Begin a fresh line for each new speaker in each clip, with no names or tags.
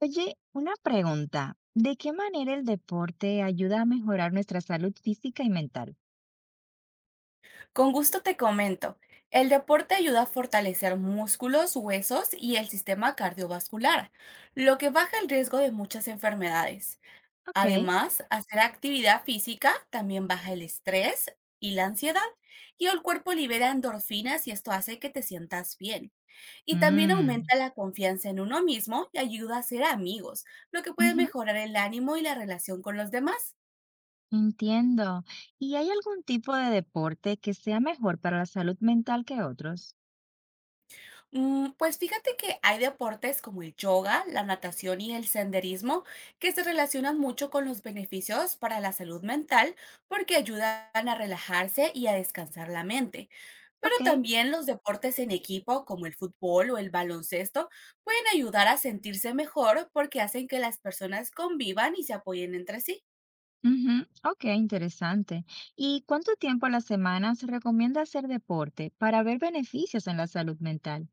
Oye, una pregunta. ¿De qué manera el deporte ayuda a mejorar nuestra salud física y mental?
Con gusto te comento. El deporte ayuda a fortalecer músculos, huesos y el sistema cardiovascular, lo que baja el riesgo de muchas enfermedades.
Ok.
Además, hacer actividad física también baja el estrés y la ansiedad, y el cuerpo libera endorfinas y esto hace que te sientas bien. Y también
Mm,
aumenta la confianza en uno mismo y ayuda a ser amigos, lo que puede
ujú,
mejorar el ánimo y la relación con los demás.
entiendo. ¿Y hay algún tipo de deporte que sea mejor para la salud mental que otros?
Pues fíjate que hay deportes como el yoga, la natación y el senderismo que se relacionan mucho con los beneficios para la salud mental porque ayudan a relajarse y a descansar la mente. Pero
Ok.
también los deportes en equipo como el fútbol o el baloncesto pueden ayudar a sentirse mejor porque hacen que las personas convivan y se apoyen entre sí.
Ujú, ok, interesante. ¿Y cuánto tiempo a la semana se recomienda hacer deporte para ver beneficios en la salud mental?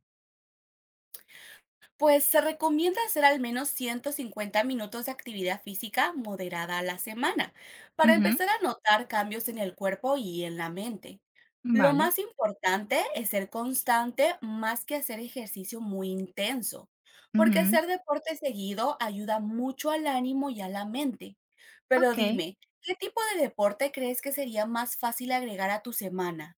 Pues se recomienda hacer al menos 150 minutos de actividad física moderada a la semana para
Ujú,
empezar a notar cambios en el cuerpo y en la mente. Lo
vale.
más importante es ser constante más que hacer ejercicio muy intenso, porque
Ujú,
hacer deporte seguido ayuda mucho al ánimo y a la mente. Pero
ok.
dime, ¿qué tipo de deporte crees que sería más fácil agregar a tu semana?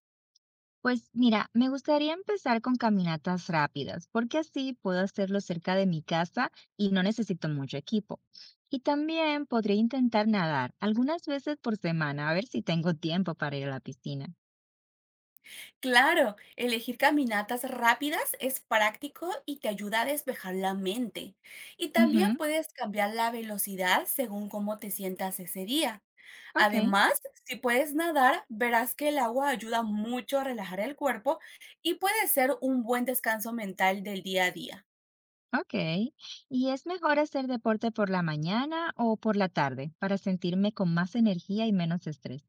Pues mira, me gustaría empezar con caminatas rápidas, porque así puedo hacerlo cerca de mi casa y no necesito mucho equipo. Y también podría intentar nadar algunas veces por semana, a ver si tengo tiempo para ir a la piscina.
Claro, elegir caminatas rápidas es práctico y te ayuda a despejar la mente. Y también
Ujú,
puedes cambiar la velocidad según cómo te sientas ese día.
ok,
Además, si puedes nadar, verás que el agua ayuda mucho a relajar el cuerpo y puede ser un buen descanso mental del día a día.
ok. ¿Y es mejor hacer deporte por la mañana o por la tarde para sentirme con más energía y menos estrés?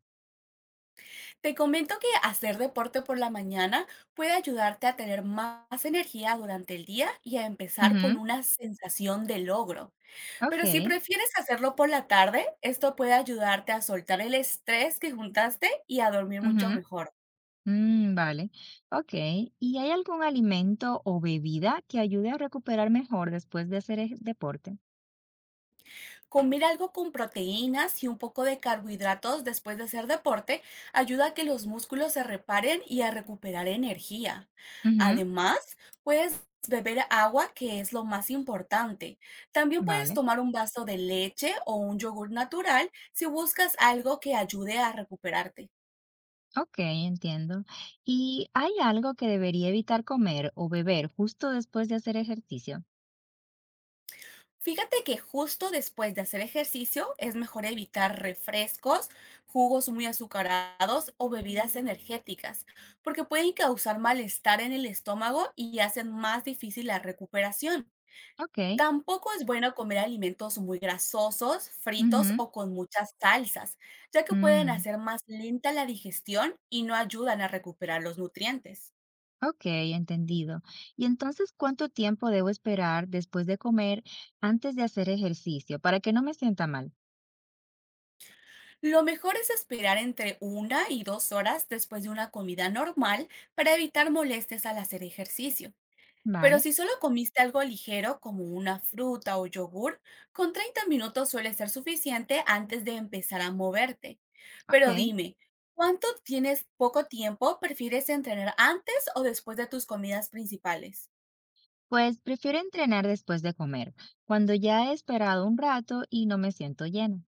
Te comento que hacer deporte por la mañana puede ayudarte a tener más energía durante el día y a empezar con
Ujú,
una sensación de logro.
ok.
Pero si prefieres hacerlo por la tarde, esto puede ayudarte a soltar el estrés que juntaste y a dormir mucho
Ujú.
mejor.
Mm, vale, ok. ¿Y hay algún alimento o bebida que ayude a recuperar mejor después de hacer deporte?
Comer algo con proteínas y un poco de carbohidratos después de hacer deporte ayuda a que los músculos se reparen y a recuperar energía.
Ujú,
Además, puedes beber agua, que es lo más importante. También puedes
vale,
tomar un vaso de leche o un yogur natural si buscas algo que ayude a recuperarte.
ok, entiendo. ¿Y hay algo que debería evitar comer o beber justo después de hacer ejercicio?
Fíjate que justo después de hacer ejercicio es mejor evitar refrescos, jugos muy azucarados o bebidas energéticas, porque pueden causar malestar en el estómago y hacen más difícil la recuperación.
Ok,
Tampoco es bueno comer alimentos muy grasosos, fritos
ujú,
o con muchas salsas, ya que pueden
mm,
hacer más lenta la digestión y no ayudan a recuperar los nutrientes.
ok, entendido. ¿Y entonces cuánto tiempo debo esperar después de comer antes de hacer ejercicio para que no me sienta mal?
Lo mejor es esperar entre una y dos horas después de una comida normal para evitar molestias al hacer ejercicio. Pero
Vale,
si solo comiste algo ligero como una fruta o yogur, con 30 minutos suele ser suficiente antes de empezar a moverte. Pero
ok.
dime, ¿cuánto tienes poco tiempo? ¿Prefieres entrenar antes o después de tus comidas principales?
Pues prefiero entrenar después de comer, cuando ya he esperado un rato y no me siento llena.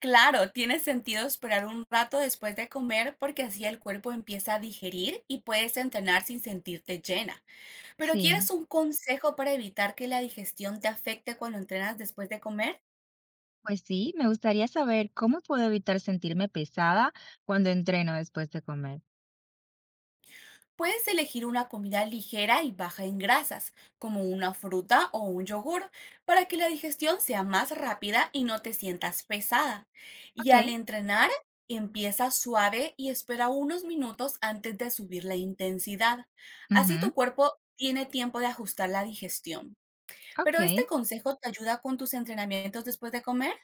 Claro, tiene sentido esperar un rato después de comer porque así el cuerpo empieza a digerir y puedes entrenar sin sentirte llena. ¿Pero
Sí,
quieres un consejo para evitar que la digestión te afecte cuando entrenas después de comer?
pues sí, me gustaría saber cómo puedo evitar sentirme pesada cuando entreno después de comer.
Puedes elegir una comida ligera y baja en grasas, como una fruta o un yogur, para que la digestión sea más rápida y no te sientas pesada. Y
Ok,
al entrenar, empieza suave y espera unos minutos antes de subir la intensidad. Así tu
ujú,
cuerpo tiene tiempo de ajustar la digestión.
ok.
¿Pero este consejo te ayuda con tus entrenamientos después de comer?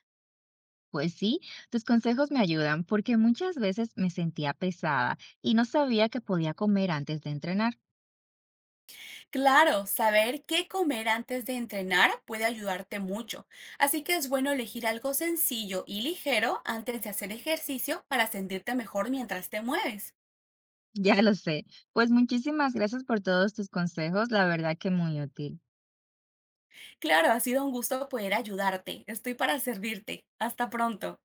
Pues sí, tus consejos me ayudan porque muchas veces me sentía pesada y no sabía que podía comer antes de entrenar.
Claro, saber qué comer antes de entrenar puede ayudarte mucho, así que es bueno elegir algo sencillo y ligero antes de hacer ejercicio para sentirte mejor mientras te mueves.
Ya lo sé. Pues muchísimas gracias por todos tus consejos, la verdad que muy útil.
Claro, ha sido un gusto poder ayudarte. Estoy para servirte. Hasta pronto.